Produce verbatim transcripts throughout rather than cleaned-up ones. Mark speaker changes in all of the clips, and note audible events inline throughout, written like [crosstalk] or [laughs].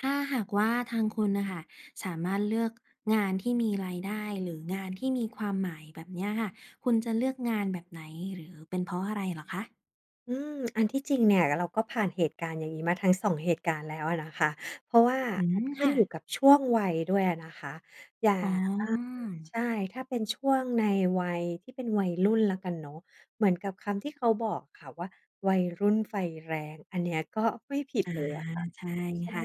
Speaker 1: ถ้าหากว่าทางคุณนะคะสามารถเลือกงานที่มีรายได้หรืองานที่มีความหมายแบบเนี้ยค่ะคุณจะเลือกงานแบบไหนหรือเป็นเพราะอะไรเหรอคะ
Speaker 2: อืมอันที่จริงเนี่ยเราก็ผ่านเหตุการณ์อย่างนี้มาทั้งสองเหตุการณ์แล้วอะนะคะเพราะว่า
Speaker 1: อื
Speaker 2: มัน
Speaker 1: ม
Speaker 2: ขึ้น
Speaker 1: ค่ะ
Speaker 2: อยู่กับช่วงวัยด้วยอะนะคะอย่า
Speaker 1: อ๋
Speaker 2: ง
Speaker 1: อ
Speaker 2: ใช่ถ้าเป็นช่วงในวัยที่เป็นวัยรุ่นแล้วกันเนาะเหมือนกับคำที่เขาบอกค่ะว่าวัยรุ่นไฟแรงอันเนี้ยก็ไม่ผิดเลยอะ
Speaker 1: อา
Speaker 2: ค่ะ
Speaker 1: ใช่
Speaker 2: ใช่
Speaker 1: ค่ะ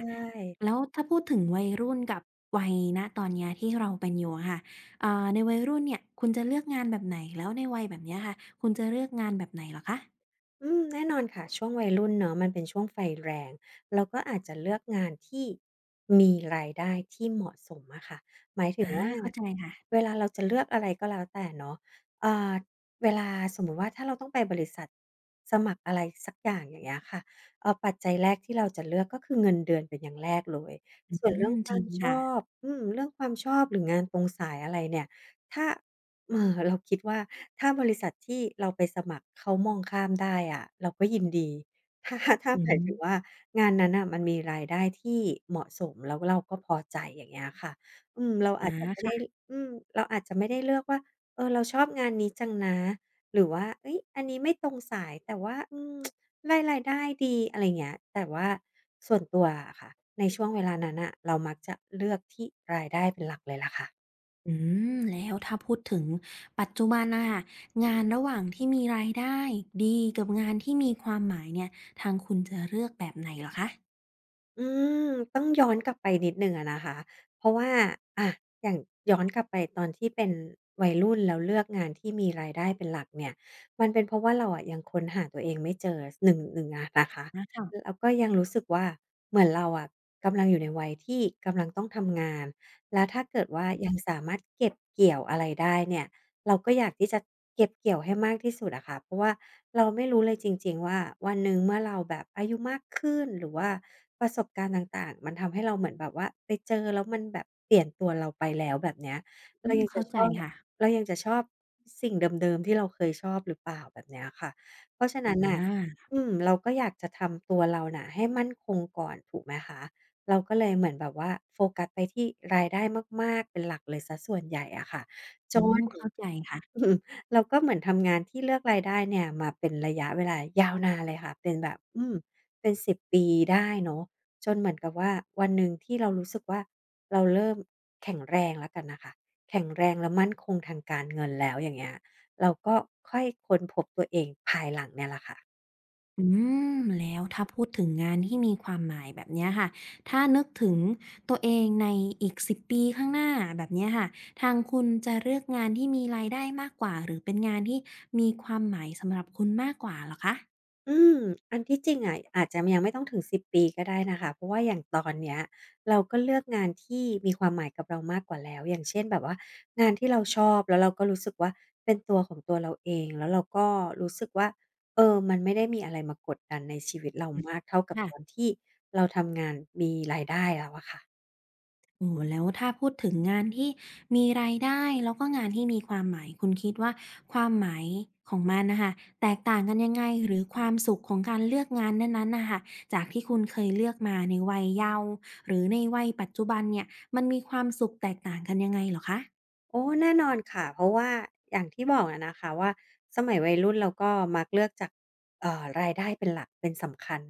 Speaker 1: แล้วถ้าพูดถึงวัยรุ่นกับวัยณตอนเนี้ยที่เราเป็นอยู่อะค่ะเอ่อในวัยรุ่นเนี่ยคุณจะเลือกงานแบบไหนแล้วในวัยแบบเนี้ยค่ะคุณจะเลือกงานแบบไหนเหรอคะ
Speaker 2: อืมแน่นอนค่ะช่วงวัยรุ่นเนาะมันเป็นช่วงไฟแรงเราก็อาจจะเลือกงานที่มีรายได้ที่เหมาะสมอะค่ะหมายถึง
Speaker 1: อา
Speaker 2: ว่า
Speaker 1: เข้าใจค่ะ
Speaker 2: เวลาเราจะเลือกอะไรก็แล้วแต่เนาะอ่าเวลาสมมุติว่าถ้าเราต้องไปบริษัทสมัครอะไรสักอย่างอย่างเงี้ยค่ะเอ่อปัจจัยแรกที่เราจะเลือกก็คือเงินเดือนเป็นอย่างแรกเลย
Speaker 1: อื
Speaker 2: ส่วนเรื่อง
Speaker 1: ม
Speaker 2: ค
Speaker 1: จ
Speaker 2: วา
Speaker 1: ริง
Speaker 2: มชอ
Speaker 1: ค่ะ
Speaker 2: บอืมเรื่องความชอบหรืองานตรงสายอะไรเนี่ยถ้า เออเราคิดว่าถ้าบริษัทที่เราไปสมัครเขามองข้ามได้อะเราก็ยินดี [laughs] ถ้าถ้า
Speaker 1: อื
Speaker 2: หมา
Speaker 1: ม
Speaker 2: ยถึงว่างานนั้นน่ะมันมีรายได้ที่เหมาะสมแล้วเราก็พอใจอย่างเงี้ยค่ะอืมเรา
Speaker 1: อ
Speaker 2: อาจจะไม่ได้
Speaker 1: า
Speaker 2: อืมเราอาจจะไม่ได้เลือกว่าเออเราชอบงานนี้จังนะหรือว่าเฮ้ยอันนี้ไม่ตรงสายแต่ว่าอืมได้รายได้ดีอะไรเงี้ยแต่ว่าส่วนตัวอะค่ะในช่วงเวลานั้นน่ะเรามักจะเลือกที่รายได้เป็นหลักเลยล่ะค่ะ
Speaker 1: อืมแล้วถ้าพูดถึงปัจจุบันนะคะงานระหว่างที่มีรายได้ดีกับงานที่มีความหมายเนี่ยทางคุณจะเลือกแบบไหนเหรอคะ
Speaker 2: อืมต้องย้อนกลับไปนิดหนึ่งอะนะคะ เพราะว่าอะอย่างย้อนกลับไปตอนที่เป็นวัยรุ่นแล้วเลือกงานที่มีรายได้เป็นหลักเนี่ยมันเป็นเพราะว่าเราอะยังค้นหาตัวเองไม่เจอหนึ่งหนึ่งอะนะคะ
Speaker 1: อะค่ะ
Speaker 2: แล้วก็ยังรู้สึกว่าเหมือนเราอะกำลังอยู่ในวัยที่กำลังต้องทำงานแล้วถ้าเกิดว่ายังสามารถเก็บเกี่ยวอะไรได้เนี่ย เราก็อยากที่จะเก็บเกี่ยวให้มากที่สุดอะค่ะเพราะว่าเราไม่รู้เลยจริงๆว่าวันหนึ่งเมื่อเราแบบอายุมากขึ้นหรือว่าประสบการณ์ต่างๆมันทำให้เราเหมือนแบบว่าไปเจอแล้วมันแบบเปลี่ยนตัวเราไปแล้วแบบเนี้ย
Speaker 1: อื
Speaker 2: เรา
Speaker 1: ม
Speaker 2: ยังจะ
Speaker 1: เข้า
Speaker 2: ช
Speaker 1: ใจ
Speaker 2: อบ
Speaker 1: ค่ะ
Speaker 2: เรายังจะชอบสิ่งเดิมๆที่เราเคยชอบหรือเปล่าแบบเนี้ยค่ะเพราะฉะ
Speaker 1: อ
Speaker 2: นั้นน่ะ
Speaker 1: า
Speaker 2: อืมเราก็อยากจะทำตัวเราน่ะให้มั่นคงก่อนถูกไหมคะเราก็เลยเหมือนแบบว่าโฟกัสไปที่รายได้มากๆเป็นหลักเลยเสียส่วนใหญ่อะค่ะ จ
Speaker 1: อืม
Speaker 2: น [laughs]
Speaker 1: เข้าใจค่ะ
Speaker 2: อืมเราก็เหมือนทำงานที่เลือกรายได้เนี่ยมาเป็นระยะเวลายาวนานเลยค่ะเป็นแบบอืมเป็นสิบปีได้เนาะจนเหมือนกับว่าวันหนึ่งที่เรารู้สึกว่าเราเริ่มแข็งแรงแล้วกันน่ะค่ะแข็งแรงและมั่นคงทางการเงินแล้วอย่างเงี้ยเราก็ค่อยค้นพบตัวเองภายหลังเนี่ยแหละค่ะ
Speaker 1: อืมแล้วถ้าพูดถึงงานที่มีความหมายแบบเนี้ยค่ะถ้านึกถึงตัวเองในอีกสิบปีข้างหน้าแบบเนี้ยค่ะทางคุณจะเลือกงานที่มีรายได้มากกว่าหรือเป็นงานที่มีความหมายสำหรับคุณมากกว่าเหรอคะ
Speaker 2: อืมอันที่จริงอะอาจจะยังไม่ต้องถึงสิบปีก็ได้นะคะเพราะว่าอย่างตอนเนี้ยเราก็เลือกงานที่มีความหมายกับเรามากกว่าแล้วอย่างเช่นแบบว่างานที่เราชอบแล้วเราก็รู้สึกว่าเป็นตัวของตัวเราเองแล้วเราก็รู้สึกว่าเออมันไม่ได้มีอะไรมากดดันในชีวิตเรา
Speaker 1: อืม
Speaker 2: มากเท่ากับ
Speaker 1: ค่ะ
Speaker 2: ตอนที่เราทำงานมีรายได้แล้วอะค่ะ
Speaker 1: โอ้โฮแล้วถ้าพูดถึงงานที่มีรายได้แล้วก็งานที่มีความหมาย คุณคิดว่าความหมายของมันน่ะค่ะแตกต่างกันยังไงหรือความสุขของการเลือกงานนั้นๆน่ะค่ะจากที่คุณเคยเลือกมาในวัยเยาว์หรือในวัยปัจจุบันเนี่ยมันมีความสุขแตกต่างกันยังไงเหรอคะ
Speaker 2: โอ้แน่นอนค่ะเพราะว่าอย่างที่บอกอะนะคะว่าสมัยวัยรุ่นเราก็มักเลือกจากเอ่อรายได้เป็นหลักเป็นสำคัญ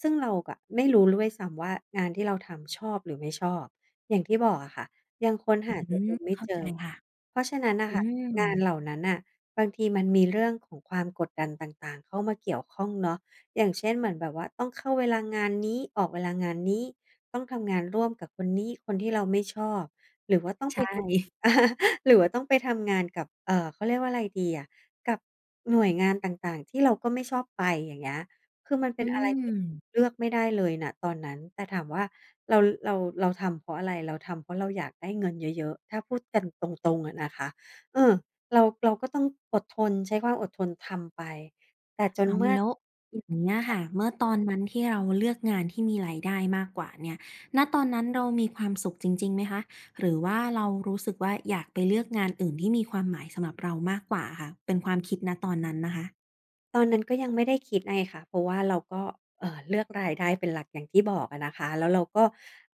Speaker 2: ซึ่งเรากะไม่รู้ด้วยซ้ำว่างานที่เราทำชอบหรือไม่ชอบอย่างที่บอกอะค่ะยังค้นหา
Speaker 1: อื
Speaker 2: ตัวเอ
Speaker 1: ม
Speaker 2: งไม่
Speaker 1: เข้า
Speaker 2: เจ
Speaker 1: ใจ
Speaker 2: อ
Speaker 1: ค่ะ
Speaker 2: เพราะฉะนั้นน่ะ
Speaker 1: อื
Speaker 2: ค่ะ
Speaker 1: ม
Speaker 2: งานเหล่านั้นน่ะบางทีมันมีเรื่องของความกดดันต่างๆเข้ามาเกี่ยวข้องเนาะอย่างเช่นเหมือนแบบว่าต้องเข้าเวลางานนี้ออกเวลางานนี้ต้องทำงานร่วมกับคนนี้คนที่เราไม่ชอบหรือว่าต้องไป
Speaker 1: ใช่
Speaker 2: ทำ [laughs] หรือว่าต้องไปทำงานกับเอ่อเขาเรียกว่าอะไรดีอะกับหน่วยงานต่างๆ ที่เราก็ไม่ชอบไปอย่างเงี้ยคือมันเป็
Speaker 1: อื
Speaker 2: นอะไรที่
Speaker 1: ม
Speaker 2: เลือกไม่ได้เลยนะตอนนั้น แต่ถามว่าเราเราเราทำเพราะอะไร เราทำเพราะเราอยากได้เงินเยอะๆ ถ้าพูดกันตรงๆอะนะคะเออเราเราก็ต้องอดทนใช้ความอดทนทำไป แต่จน
Speaker 1: อ้าว
Speaker 2: เมื่อ
Speaker 1: แล้วอย่างเงี้ยค่ะ
Speaker 2: ค
Speaker 1: เมื่อตอนนั้นที่เราเลือกงานที่มีรายได้มากกว่าเนี่ยณตอนนั้นเรามีความสุขจริงๆไหมคะหรือว่าเรารู้สึกว่าอยากไปเลือกงานอื่นที่มีความหมายสำหรับเรามากกว่าอะค่ะเป็นความคิดณตอนนั้นนะคะ
Speaker 2: ตอนนั้นก็ยังไม่ได้คิดไงค่ะเพราะว่าเราก็เอ่อเลือกรายได้เป็นหลักอย่างที่บอกอะนะคะแล้วเราก็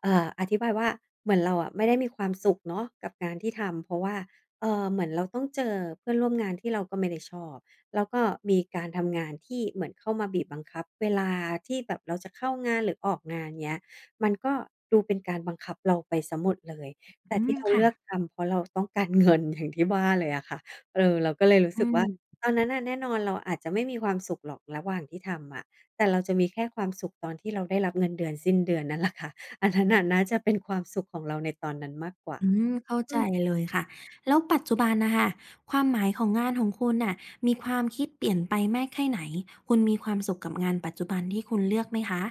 Speaker 2: เอ่ออธิบายว่าเหมือนเราอะไม่ได้มีความสุขเนาะกับงานที่ทำเพราะว่าเอ่อเหมือนเราต้องเจอเพื่อนร่วมงานที่เราก็ไม่ได้ชอบแล้วก็มีการทำงานที่เหมือนเข้ามาบีบบังคับเวลาที่แบบเราจะเข้างานหรือออกงานเงี้ยมันก็ดูเป็นการบังคับเราไปเสียหมดเลย
Speaker 1: อื
Speaker 2: แต่
Speaker 1: ม
Speaker 2: ที่เราเลือก
Speaker 1: ค่ะ
Speaker 2: ทำเพราะเราต้องการเงินอย่างที่ว่าเลยอะค่ะเออเราก็เลยรู้
Speaker 1: อื
Speaker 2: สึก
Speaker 1: ม
Speaker 2: ว่า ตอนนั้นน่ะแน่นอนเราอาจจะไม่มีความสุขหรอกระหว่างที่ทำอะแต่เราจะมีแค่ความสุขตอนที่เราได้รับเงินเดือนสิ้นเดือนนั่นแหละค่ะ [laughs] อันนั้นน่ะน่าจะเป็นความสุขของเราในตอนนั้นมากกว่า
Speaker 1: อืมเข้า
Speaker 2: อื
Speaker 1: ใจ
Speaker 2: ม
Speaker 1: เลยค่ะแล้วปัจจุบันน่ะค่ะความหมายของงานของคุณน่ะมีความคิดเปลี่ยนไปมากแค่ไหนคุณมีความสุขกับงานปัจจุบันที่คุณเลือกไหมคะ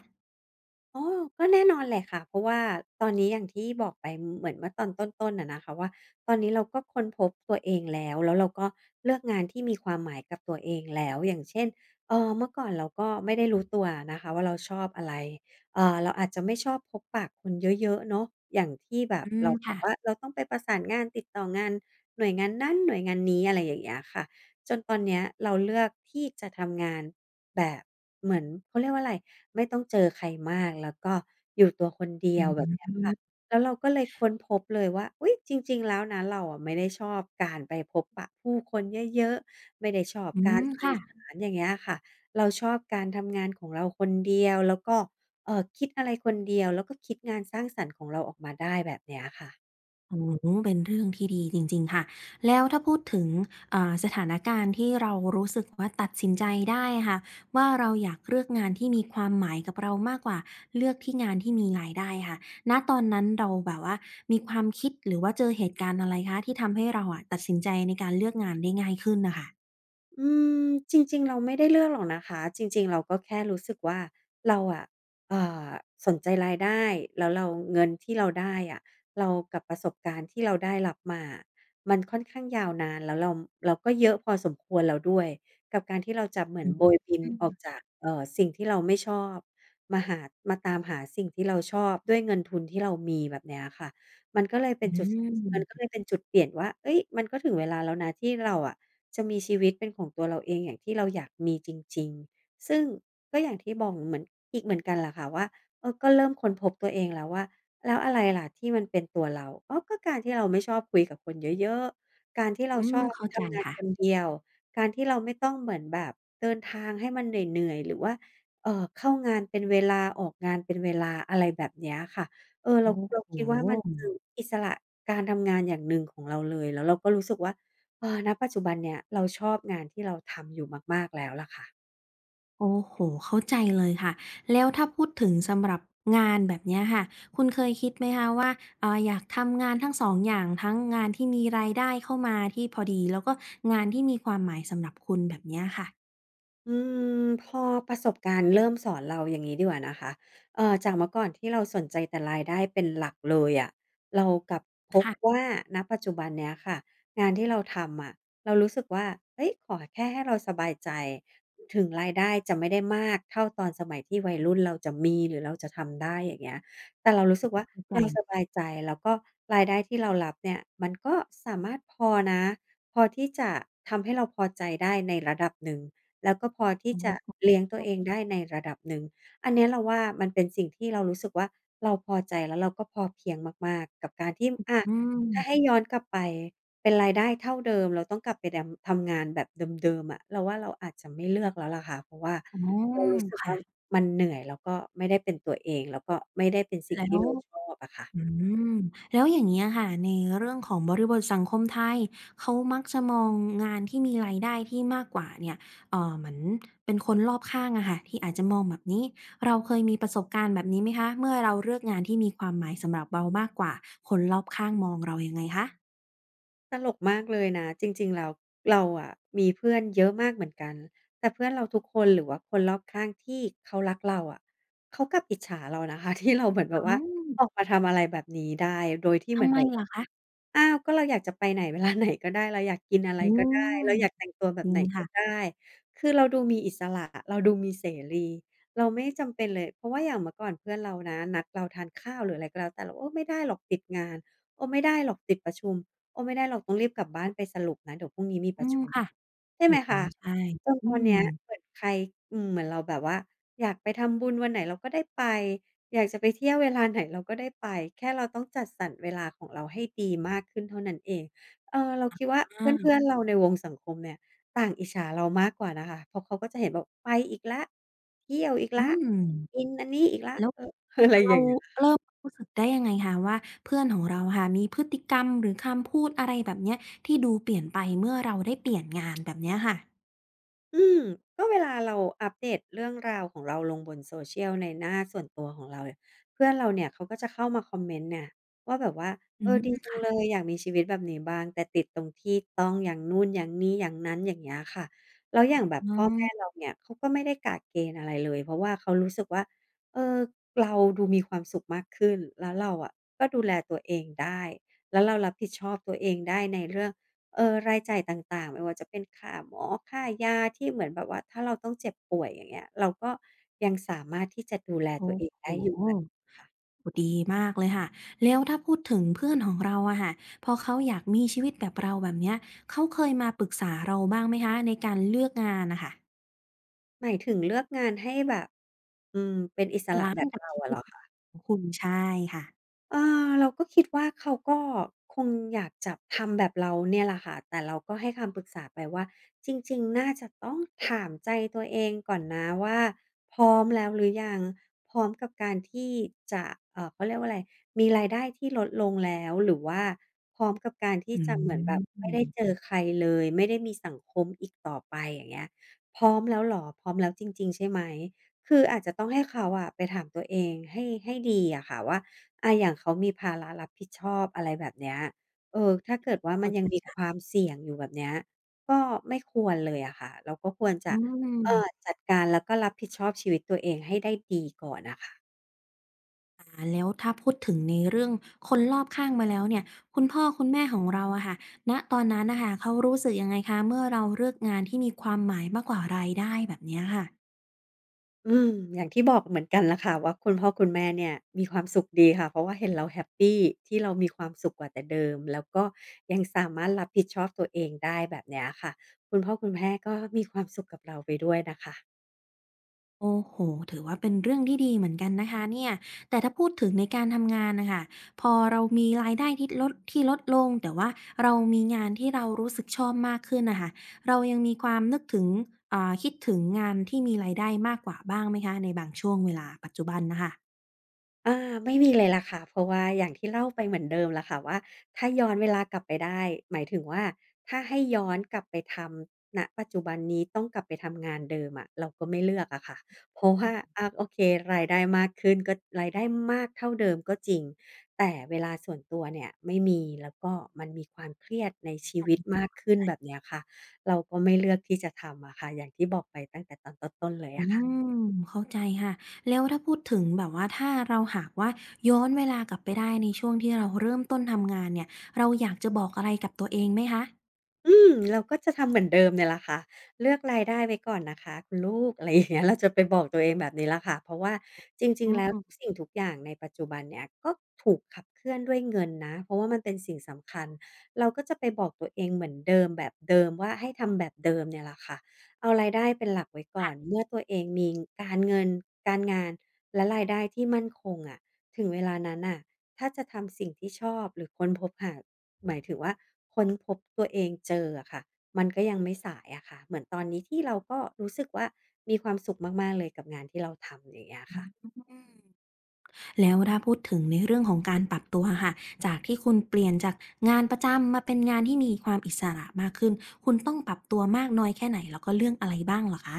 Speaker 2: อ๋อก็แน่นอนแหละค่ะเพราะว่าตอนนี้อย่างที่บอกไปเหมือนเมื่อตอนต้นๆอะนะคะว่าตอนนี้เราก็ค้นพบตัวเองแล้วแล้วเราก็เลือกงานที่มีความหมายกับตัวเองแล้วอย่างเช่นเออเมื่อก่อนเราก็ไม่ได้รู้ตัวนะคะว่าเราชอบอะไรเออเราอาจจะไม่ชอบพบปะคนเยอะๆเนาะอย่างที่แบบ
Speaker 1: อืม
Speaker 2: เราบอ
Speaker 1: ค่ะ
Speaker 2: กว่าเราต้องไปประสานงานติดต่องานหน่วยงานนั้นหน่วยงานนี้อะไรอย่างเงี้ยค่ะจนตอนเนี้ยเราเลือกที่จะทำงานแบบเหมือนเขาเรียกว่าอะไร ไม่ต้องเจอใครมากแล้วก็อยู่ตัวคนเดี
Speaker 1: อื
Speaker 2: ยวแบบเนี้
Speaker 1: ม
Speaker 2: ยค่ะแล้วเราก็เลยค้นพบเลยว่าอุ๊ยจริงๆแล้วนะเราอะไม่ได้ชอบการไปพบปะผู้คนเยอะๆไม่ได้ชอบ
Speaker 1: อื
Speaker 2: การ
Speaker 1: ม
Speaker 2: สื่
Speaker 1: ค่ะ
Speaker 2: อสารอย่างเงี้ยค่ะเราชอบการทำงานของเราคนเดียวแล้วก็เอ่อคิดอะไรคนเดียวแล้วก็คิดงานสร้างสรรค์ของเราออกมาได้แบบเนี้ยค่ะ
Speaker 1: โอ๋อเป็นเรื่องที่ดีจริงๆค่ะแล้วถ้าพูดถึงอ่าสถานการณ์ที่เรารู้สึกว่าตัดสินใจได้อะค่ะว่าเราอยากเลือกงานที่มีความหมายกับเรามากกว่าเลือกที่งานที่มีรายได้ค่ะณตอนนั้นเราแบบว่ามีความคิดหรือว่าเจอเหตุการณ์อะไรคะที่ทำให้เราอะตัดสินใจในการเลือกงานได้ง่ายขึ้นน่ะค่ะ
Speaker 2: อืมจริงๆเราไม่ได้เลือกหรอกนะคะจริงๆเราก็แค่รู้สึกว่าเราอะเอ่อสนใจรายได้แล้วเราเงินที่เราได้อะเรากับประสบการณ์ที่เราได้รับมาอะมันค่อนข้างยาวนานแล้วเราเราก็เยอะพอสมควรแล้วด้วยกับการที่เราจะเหมือน
Speaker 1: อือ
Speaker 2: โบ
Speaker 1: ฮึ
Speaker 2: ยบิน
Speaker 1: อืม
Speaker 2: ออกจากเอ่อสิ่งที่เราไม่ชอบมาหามาตามหาสิ่งที่เราชอบด้วยเงินทุนที่เรามีแบบเนี้ยค่ะมันก็เลยเป็นจุดส
Speaker 1: อ
Speaker 2: มันก็เลยเป็นจุดเปลี่ยนว่าเฮ้ยมันก็ถึงเวลาแล้วนะที่เราอะ จะมีชีวิตเป็นของตัวเราเองอย่างที่เราอยากมีจริงๆซึ่งก็อย่างที่บอกเหมือนอีกเหมือนกันล่ะค่ะว่าเออก็เริ่มค้นพบตัวเองแล้วว่าแล้วอะไรล่ะที่มันเป็นตัวเราอ๋อก็การที่เราไม่ชอบคุยกับคนเยอะๆการที่เรา
Speaker 1: ื
Speaker 2: ช
Speaker 1: ม
Speaker 2: อบ
Speaker 1: เข้าใจ
Speaker 2: ทำงาน
Speaker 1: ค่ะ
Speaker 2: คนเดียวการที่เราไม่ต้องเหมือนแบบเดินทางให้มันเหนื่อยๆ หรือว่าเอ่อเข้างานเป็นเวลาออกงานเป็นเวลาอะไรแบบเนี้ยค่ะเออ
Speaker 1: โอ้
Speaker 2: เราเรา
Speaker 1: โฮ
Speaker 2: คิดว่ามันคืออิสระการทำงานอย่างหนึ่งของเราเลยแล้วเราก็รู้สึกว่า เออณปัจจุบันเนี่ยเราชอบงานที่เราทำอยู่มากๆแล้วล่ะค่ะ
Speaker 1: โอ้โห เข้าใจเลยค่ะแล้วถ้าพูดถึงสำหรับงานแบบเนี้ยค่ะคุณเคยคิดไหมคะว่าเอ่ออยากทำงานทั้งสองอย่างทั้งงานที่มีรายได้เข้ามาที่พอดีแล้วก็งานที่มีความหมายสำหรับคุณแบบเนี้ยค่ะ
Speaker 2: อืมพอประสบการณ์เริ่มสอนเราอย่างนี้ดีกว่านะคะเอ่อจากเมื่อก่อนที่เราสนใจแต่รายได้เป็นหลักเลยอะเรากลับพบ
Speaker 1: ค่ะ
Speaker 2: ว่าณปัจจุบันเนี้ยค่ะงานที่เราทำอะเรารู้สึกว่าเฮ้ยขอแค่ให้เราสบายใจถึงรายได้จะไม่ได้มากเท่าตอนสมัยที่วัยรุ่นเราจะมีหรือเราจะทำได้อย่างเงี้ยแต่เรารู้สึกว่า
Speaker 1: เข้าใจ
Speaker 2: เราสบายใจแล้วก็รายได้ที่เรารับเนี่ยมันก็สามารถพอนะพอที่จะทำให้เราพอใจได้ในระดับหนึ่ง แล้วก็พอที่
Speaker 1: โอ้โห
Speaker 2: จะเลี้ยงตัวเองได้ในระดับหนึ่ง อันเนี้ยเราว่ามันเป็นสิ่งที่เรารู้สึกว่าเราพอใจแล้วเราก็พอเพียงมากๆกับการที่อา
Speaker 1: อื
Speaker 2: ถ้าให้
Speaker 1: ม
Speaker 2: ย้อนกลับไปเป็นรายได้เท่าเดิมเราต้องกลับไปดำทำงานแบบเดิมๆอะเราว่าเราอาจจะไม่เลือกแล้วล่ะค่ะเพราะว่า
Speaker 1: อ๋อ
Speaker 2: เรารู้สึก
Speaker 1: ค่ะ
Speaker 2: ว่ามันเหนื่อยแล้วก็ไม่ได้เป็นตัวเองแล้วก็ไม่ได้เป็นสิ่ง
Speaker 1: แล้
Speaker 2: ที่
Speaker 1: ว
Speaker 2: เราชอบอะค่ะ
Speaker 1: อืมแล้วอย่างเงี้ยค่ะในเรื่องของบริบทสังคมไทยเขามักจะมองงานที่มีรายได้ที่มากกว่าเนี่ยเอ่อเหมือนเป็นคนรอบข้างอะค่ะที่อาจจะมองแบบนี้เราเคยมีประสบการณ์แบบนี้ไหมคะเมื่อเราเลือกงานที่มีความหมายสำหรับเรามากกว่าคนรอบข้างมองเรายังไงคะ
Speaker 2: ตลกมากเลยนะจริงๆแล้วเราอะมีเพื่อนเยอะมากเหมือนกันแต่เพื่อนเราทุกคนหรือว่าคนรอบข้างที่เขารักเราอะเขากลับอิจฉาเรานะคะ [laughs] ที่เราเหมือนแบบ
Speaker 1: อ้า
Speaker 2: ว่า
Speaker 1: ว
Speaker 2: ออกมาทำอะไรแบบนี้ได้โดยที่เห
Speaker 1: ทำ
Speaker 2: มือน
Speaker 1: ไม
Speaker 2: แบบ
Speaker 1: เหร
Speaker 2: ว่า
Speaker 1: อคะ
Speaker 2: อ้าวก็เราอยากจะไปไหนเวลาไหนก็ได้เราอยากกินอะไร
Speaker 1: อื
Speaker 2: ก็ได้
Speaker 1: ม
Speaker 2: เราอยากแต่งตัวแบ
Speaker 1: จ
Speaker 2: บ
Speaker 1: ริ
Speaker 2: ไห
Speaker 1: ง
Speaker 2: นก็
Speaker 1: ค่ะ
Speaker 2: ได้คือเราดูมีอิสระเราดูมีเสรีเราไม่จำเป็นเลยเพราะว่าอย่างเมื่อก่อนเพื่อนเรานะนัดเราทานข้าวหรืออะไรก็แล้วแต่เราโอ้ไม่ได้หรอกติดงานโอ้ไม่ได้หรอกติดประชุม โอ้ไม่ได้หรอกต้องรีบกลับบ้านไปสรุปนะเดี๋ยวพรุ่งนี้มีป
Speaker 1: อื
Speaker 2: ระ
Speaker 1: ม
Speaker 2: ชุม
Speaker 1: ค่ะ
Speaker 2: ใช่
Speaker 1: โอ้
Speaker 2: ไหม
Speaker 1: โฮ
Speaker 2: คะ
Speaker 1: ใช่
Speaker 2: จน
Speaker 1: อื
Speaker 2: ตอน
Speaker 1: ม
Speaker 2: เนี้ยเหมือนใครอืมเหมือนเราแบบว่าอยากไปทำบุญวันไหนเราก็ได้ไปอยากจะไปเที่ยวเวลาไหนเราก็ได้ไปแค่เราต้องจัดสรรเวลาของเราให้ดีมากขึ้นเท่านั้นเองเออเราคิดว่าเพ
Speaker 1: อา
Speaker 2: ื่อนๆเราในวงสังคมเนี่ยต่างอิจฉาเรามากกว่านะคะเพราะเขาก็จะเห็นแบบไปอีกแล้วเที่ยวอีก
Speaker 1: อื
Speaker 2: แล้ว
Speaker 1: ม
Speaker 2: กินอันนี้อีกแล้ว
Speaker 1: แล้ว
Speaker 2: เออ [laughs] อะไรอ
Speaker 1: เรา
Speaker 2: ย่างเงี้ย
Speaker 1: เริ่มรู้สึกได้ยังไงคะว่าเพื่อนของเราค่ะมีพฤติกรรมหรือคำพูดอะไรแบบเนี้ยที่ดูเปลี่ยนไปเมื่อเราได้เปลี่ยนงานแบบเนี้ยค่ะ
Speaker 2: อืมก็เวลาเราอัปเดตเรื่องราวของเราลงบน โซเชียล ในหน้าส่วนตัวของเราเนี่ยเพื่อนเราเนี่ยเขาก็จะเข้ามาคอมเมนต์เนี่ยว่าแบบว่า
Speaker 1: อื
Speaker 2: เออดี
Speaker 1: ม
Speaker 2: จังเลยอยากมีชีวิตแบบนี้บ้างแต่ติดตรงที่ต้องอย่างนู่นอย่างนี้อย่างนั้นอย่างเงี้ยค่ะแล้วอย่างแบบพ่อแม่เราเนี่ยเขาก็ไม่ได้กะเกณฑ์อะไรเลยเพราะว่าเขารู้สึกว่าเออเราดูมีความสุขมากขึ้นแล้วเราอะก็ดูแลตัวเองได้แล้วเรารับผิดชอบตัวเองได้ในเรื่อง เออรายจ่ายต่างๆไม่ว่าจะเป็นค่าหมอค่ายาที่เหมือนแบบว่าถ้าเราต้องเจ็บป่วยอย่างเงี้ยเราก็ยังสามารถที่จะดูแล
Speaker 1: โอ้
Speaker 2: ตัวเองได้อยู่
Speaker 1: โฮ
Speaker 2: แบบนี้ค่ะ
Speaker 1: โอ้ดีมากเลยค่ะแล้วถ้าพูดถึงเพื่อนของเราอะค่ะพอเขาอยากมีชีวิตแบบเราแบบเนี้ยเขาเคยมาปรึกษาเราบ้างไหมคะในการเลือกงานน่ะค่ะ
Speaker 2: หมายถึงเลือกงานให้แบบอืมเป็นอิส
Speaker 1: บา
Speaker 2: ระ
Speaker 1: ลัน
Speaker 2: แบบ
Speaker 1: ซ์กับ
Speaker 2: เรา
Speaker 1: ชี
Speaker 2: อะ
Speaker 1: วิ
Speaker 2: เหร
Speaker 1: ต
Speaker 2: อคะ
Speaker 1: ของคุณใช่ค่ะ
Speaker 2: เออเราก็คิดว่าเขาก็คงอยากจะทำแบบเราเนี่ยแหละค่ะแต่เราก็ให้คำปรึกษาไปว่าจริงๆน่าจะต้องถามใจตัวเองก่อนนะว่าพร้อมแล้วหรือยังพร้อมกับการที่จะเอ่อเขาเรียกว่าอะไรมีรายได้ที่ลดลงแล้วหรือว่าพร้อมกับการที่
Speaker 1: อื
Speaker 2: จะเหมือนแบบไม่ได้เจ
Speaker 1: ม
Speaker 2: อใครเลยไม่ได้มีสังคมอีกต่อไปอย่างเงี้ยพร้อมแล้วเหรอพร้อมแล้วจริงๆใช่ไหมคืออาจจะต้องให้เขาอะไปถามตัวเองให้ให้ดีอะค่ะว่า อาอย่างเขามีภาระรับผิดชอบอะไรแบบเนี้ยเออถ้าเกิดว่ามั
Speaker 1: เข้า
Speaker 2: นยังมี
Speaker 1: ใจ
Speaker 2: ความเสี่ยงอยู่แบบเนี้ยก็ไม่ควรเลยอะค่ะเราก็ควร
Speaker 1: อื
Speaker 2: จะเอ่อ
Speaker 1: ม
Speaker 2: จัดการแล้วก็รับผิดชอบชีวิตตัวเองให้ได้ดีก่อนน่ะค่ะ
Speaker 1: อาแล้วถ้าพูดถึงในเรื่องคนรอบข้างมาแล้วเนี่ยคุณพ่อคุณแม่ของเราอะค่ะณตอนนั้นน่ะค่ะเขารู้สึกยังไงคะเมื่อเราเลือกงานที่มีความหมายมากกว่ารายได้แบบเนี้ยค่ะ
Speaker 2: อืมอย่างที่บอกเหมือนกันล่ะค่ะว่าคุณพ่อคุณแม่เนี่ยมีความสุขดีค่ะเพราะว่าเห็นเราแฮปปีที่เรามีความสุขกว่าแต่เดิมแล้วก็ยังสามารถรับผิดชอบตัวเองได้แบบเนี้ยค่ะคุณพ่อคุณแม่ก็มีความสุขกับเราไปด้วยนะคะ
Speaker 1: โอ้โฮถือว่าเป็นเรื่องที่ดีเหมือนกันนะคะเนี่ยแต่ถ้าพูดถึงในการทำงานน่ะค่ะพอเรามีรายได้ที่ลดที่ลดลงแต่ว่าเรามีงานที่เรารู้สึกชอบมากขึ้นน่ะค่ะเรายังมีความนึกถึงอ่าคิดถึงงานที่มีรายได้มากกว่าบ้างไหมคะในบางช่วงเวลาปัจจุบันน่ะค่ะ
Speaker 2: อาไม่มีเลยล่ะค่ะเพราะว่าอย่างที่เล่าไปเหมือนเดิมล่ะค่ะว่าถ้าย้อนเวลากลับไปได้หมายถึงว่าถ้าให้ย้อนกลับไปทำณปัจจุบันนี้ต้องกลับไปทำงานเดิมอะเราก็ไม่เลือกอะค่ะเพราะว่าอาโอเครายได้มากขึ้นก็รายได้มากเท่าเดิมก็จริงแต่เวลาส่วนตัวเนี่ยไม่มีแล้วก็มันมีความเครียดในชีวิตมากขึ้นแบบเนี้ยค่ะเราก็ไม่เลือกที่จะทำอะค่ะอย่างที่บอกไปตั้งแต่ตอนต้นๆเลย
Speaker 1: อื
Speaker 2: อะค่ะ
Speaker 1: มเข้าใจค่ะแล้วถ้าพูดถึงแบบว่าถ้าเราหากว่าย้อนเวลากลับไปได้ในช่วงที่เราเริ่มต้นทำงานเนี่ยเราอยากจะบอกอะไรกับตัวเองไหมคะ
Speaker 2: อืมเราก็จะทำเหมือนเดิมเนี่ยแหละค่ะเลือกรายได้ไว้ก่อนนะคะคุณลูกอะไรอย่างเงี้ยเราจะไปบอกตัวเองแบบนี้แหละค่ะเพราะว่าจริ
Speaker 1: อื
Speaker 2: งๆแล้วทุก
Speaker 1: ม
Speaker 2: สิ่งทุกอย่างในปัจจุบันเนี่ยก็ถูกขับเคลื่อนด้วยเงินนะเพราะว่ามันเป็นสิ่งสำคัญเราก็จะไปบอกตัวเองเหมือนเดิมแบบเดิมว่าให้ทำแบบเดิมเนี่ยแหละค่ะเอารายได้เป็นหลักไว้ก่อนเมื่อตัวเองมีการเงินการงานและรายได้ที่มั่นคงอะถึงเวลานั้นน่ะ ถ้าจะทำสิ่งที่ชอบหรือค้นพบหาหมายถึงว่าค้นพบตัวเองเจออะค่ะมันก็ยังไม่สายอะค่ะเหมือนตอนนี้ที่เราก็รู้สึกว่ามีความสุขมากๆเลยกับงานที่เราทำอย่างเงี้ยค่ะ
Speaker 1: อืมแล้วถ้าพูดถึงในเรื่องของการปรับตัวค่ะจากที่คุณเปลี่ยนจากงานประจำมาเป็นงานที่มีความอิสระมากขึ้นคุณต้องปรับตัวมากน้อยแค่ไหนแล้วก็เรื่องอะไรบ้างเหรอคะ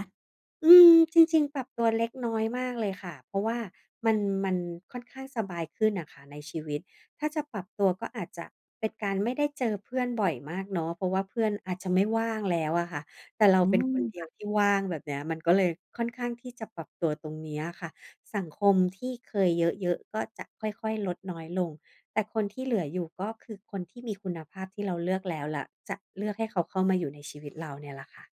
Speaker 2: อืมจริงๆปรับตัวเล็กน้อยมากเลยค่ะเพราะว่ามันมันค่อนข้างสบายขึ้นน่ะค่ะในชีวิตถ้าจะปรับตัวก็อาจจะเป็นการไม่ได้เจอเพื่อนบ่อยมากเนาะเพราะว่าเพื่อนอาจจะไม่ว่างแล้วอะค่ะแต่เรา
Speaker 1: อื
Speaker 2: เป็นค
Speaker 1: ม
Speaker 2: นเดียวที่ว่างแบบเนี้ยมันก็เลยค่อนข้างที่จะปรับตัวตรงเนี้ยอะค่ะสังคมที่เคยเยอะๆก็จะค่อยๆลดน้อยลงแต่คนที่เหลืออยู่ก็คือคนที่มีคุณภาพที่เราเลือกแล้วและจะเลือกให้เขาเข้ามาอยู่ในชีวิตเราเนี่ยแหละค่ะ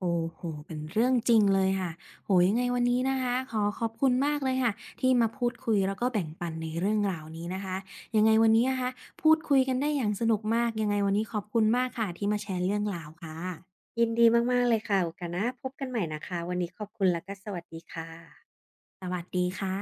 Speaker 1: โอ้โหเป็นเรื่องจริงเลยค่ะโอ้โยังไงวันนี้นะคะขอขอบคุณมากเลยค่ะที่มาพูดคุยแล้วก็แบ่งปันในเรื่องราวนี้นะคะยังไงวันนี้นะคะพูดคุยกันได้อย่างสนุกมากยังไงวันนี้ขอบคุณมากค่ะที่มาแชร์เรื่องราวค่ะ
Speaker 2: ยินดีมากๆเลยค่ะโอกาสหน้าพบกันใหม่นะคะวันนี้ขอบคุณและก็สวัสดีค่ะ
Speaker 1: สวัสดีค่ะ